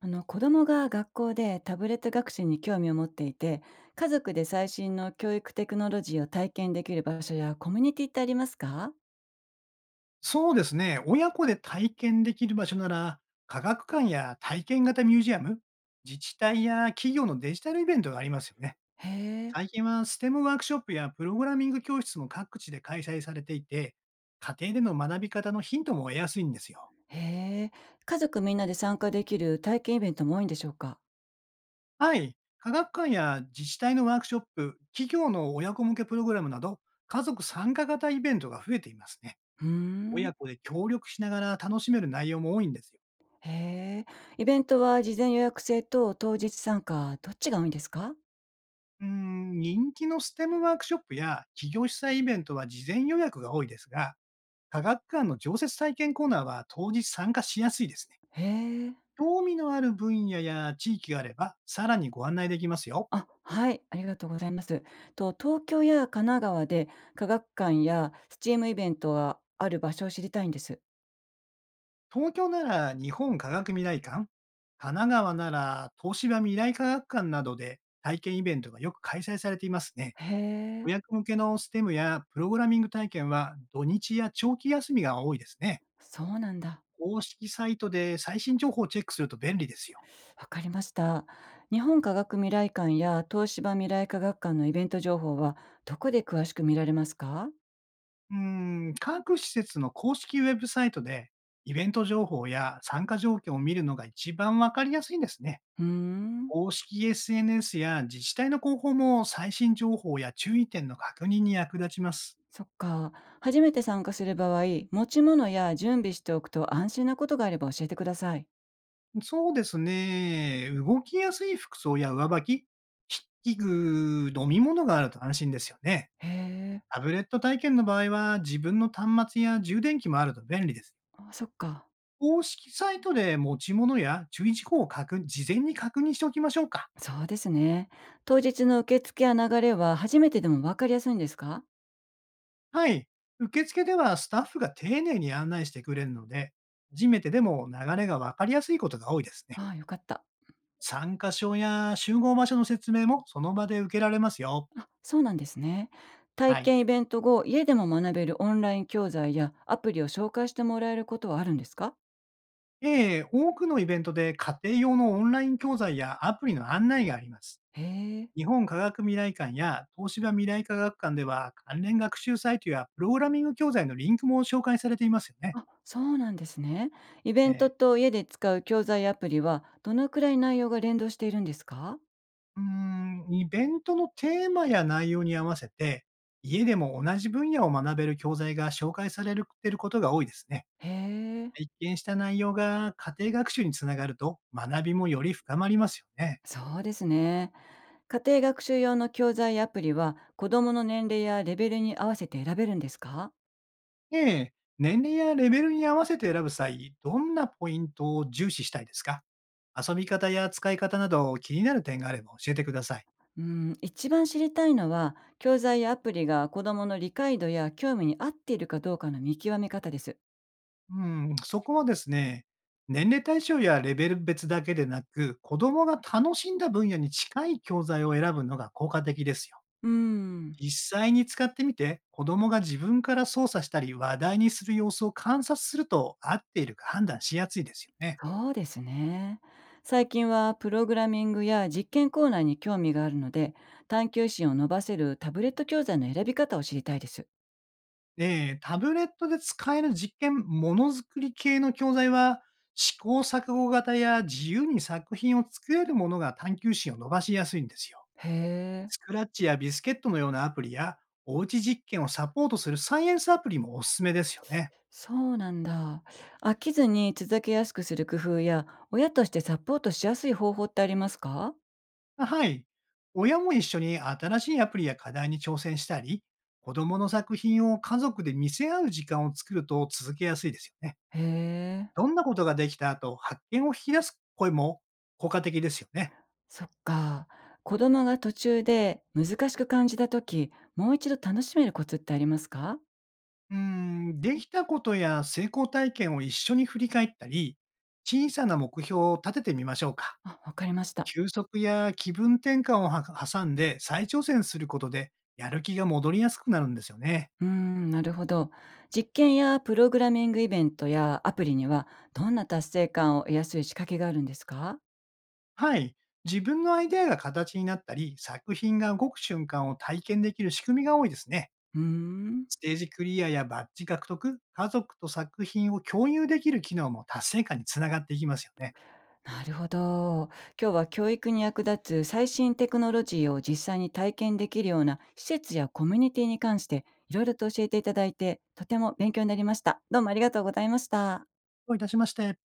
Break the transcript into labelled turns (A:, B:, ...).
A: 子供が学校でタブレット学習に興味を持っていて、家族で最新の教育テクノロジーを体験できる場所やコミュニティってありますか？
B: そうですね。親子で体験できる場所なら、科学館や体験型ミュージアム、自治体や企業のデジタルイベントがありますよね。
A: へえ。
B: 最近はステムワークショップやプログラミング教室も各地で開催されていて、家庭での学び方のヒントも得やすいんですよ。
A: へえ。家族みんなで参加できる体験イベントも多いんでしょうか？
B: はい。科学館や自治体のワークショップ、企業の親子向けプログラムなど、家族参加型イベントが増えていますね。
A: うーん。
B: 親子で協力しながら楽しめる内容も多いんですよ。
A: へえ。イベントは事前予約制と当日参加、どっちが多いんですか？
B: うーん、人気のステムワークショップや企業主催イベントは事前予約が多いですが、科学館の常設体験コーナーは当日参加しやすいですね。
A: へえ。
B: 興味のある分野や地域があれば、さらにご案内できますよ。
A: あ、はい、ありがとうございます。と、東京や神奈川で科学館やスチームイベントがある場所を知りたいんです。
B: 東京なら日本科学未来館、神奈川なら東芝未来科学館などで体験イベントがよく開催されていますね。
A: へえ。
B: 予約向けのステムやプログラミング体験は土日や長期休みが多いですね。
A: そうなんだ。
B: 公式サイトで最新情報をチェックすると便利ですよ。
A: わかりました。日本科学未来館や東芝未来科学館のイベント情報はどこで詳しく見られますか？
B: うーん、各施設の公式ウェブサイトで、イベント情報や参加条件を見るのが一番わかりやすいんですね。
A: うーん。
B: 公式 SNS や自治体の広報も最新情報や注意点の確認に役立ちます。
A: そっか。初めて参加する場合、持ち物や準備しておくと安心なことがあれば教えてください。
B: そうですね。動きやすい服装や上履き、筆記具、飲み物があると安心ですよね。
A: へえ。
B: タブレット体験の場合は自分の端末や充電器もあると便利です。
A: あ、そっか。
B: 公式サイトで持ち物や注意事項を事前に確認しておきましょうか。
A: そうですね。当日の受付や流れは初めてでもわかりやすいんですか？
B: はい。受付ではスタッフが丁寧に案内してくれるので、初めてでも流れがわかりやすいことが多いですね。
A: ああ、よかった。
B: 参加証や集合場所の説明もその場で受けられますよ。
A: あ、そうなんですね。体
B: はい。
A: 験イベント後、家でも学べるオンライン教材やアプリを紹介してもらえることはあるんですか？
B: 多くのイベントで家庭用のオンライン教材やアプリの案内があります。
A: へえ。
B: 日本科学未来館や東芝未来科学館では関連学習サイトやプログラミング教材のリンクも紹介されていますよね。
A: あ、そうなんですね。イベ
B: え
A: ント
B: え、
A: と家で使う教材やアプリは、どのくらい内容が連動しているんですか？
B: うーん、イベントのテーマや内容に合わせて、家でも同じ分野を学べる教材が紹介されるいることが多いですね。
A: へえ。
B: 体験した内容が家庭学習につながると、学びもより深まりますよね。
A: そうですね。家庭学習用の教材やアプリは、子供の年齢やレベルに合わせて選べるんですか？
B: ええ、年齢やレベルに合わせて選ぶ際、どんなポイントを重視したいですか？遊び方や使い方など気になる点があれば教えてください。
A: うん、一番知りたいのは、教材やアプリが子供の理解度や興味に合っているかどうかの見極め方です。
B: うん、そこはですね、年齢対象やレベル別だけでなく、子供が楽しんだ分野に近い教材を選ぶのが効果的ですよ。
A: うーん、
B: 実際に使ってみて、子供が自分から操作したり話題にする様子を観察すると合っているか判断しやすいですよね。
A: そうですね。最近はプログラミングや実験コーナーに興味があるので、探求心を伸ばせるタブレット教材の選び方を知りたいです。
B: で、タブレットで使える実験、ものづくり系の教材は、試行錯誤型や自由に作品を作れるものが探求心を伸ばしやすいんですよ。
A: へえ、
B: スクラッチやビスケットのようなアプリや、おうち実験をサポートするサイエンスアプリもおすすめですよね。
A: そうなんだ。飽きずに続けやすくする工夫や、親としてサポートしやすい方法ってありますか？
B: はい。親も一緒に新しいアプリや課題に挑戦したり、子供の作品を家族で見せ合う時間を作ると続けやすいですよね。
A: へえ、
B: どんなことができた後、発見を引き出す声も効果的ですよね。
A: そっか。子供が途中で難しく感じた時、もう一度楽しめるコツってありますか？
B: うーん、できたことや成功体験を一緒に振り返ったり、小さな目標を立ててみましょうか。
A: あ、わかりました。
B: 休息や気分転換をは挟んで再挑戦することで、やる気が戻りやすくなるんですよね。
A: うーん、なるほど。実験やプログラミングイベントやアプリにはどんな達成感を得やすい仕掛けがあるんですか？
B: はい。自分のアイデアが形になったり、作品が動く瞬間を体験できる仕組みが多いですね。
A: うーん、
B: ステージクリアやバッジ獲得、家族と作品を共有できる機能も達成感につながっていきますよね。
A: なるほど。今日は教育に役立つ最新テクノロジーを実際に体験できるような施設やコミュニティに関していろいろと教えていただいて、とても勉強になりました。どうもありがとうございました。
B: どういたしまして。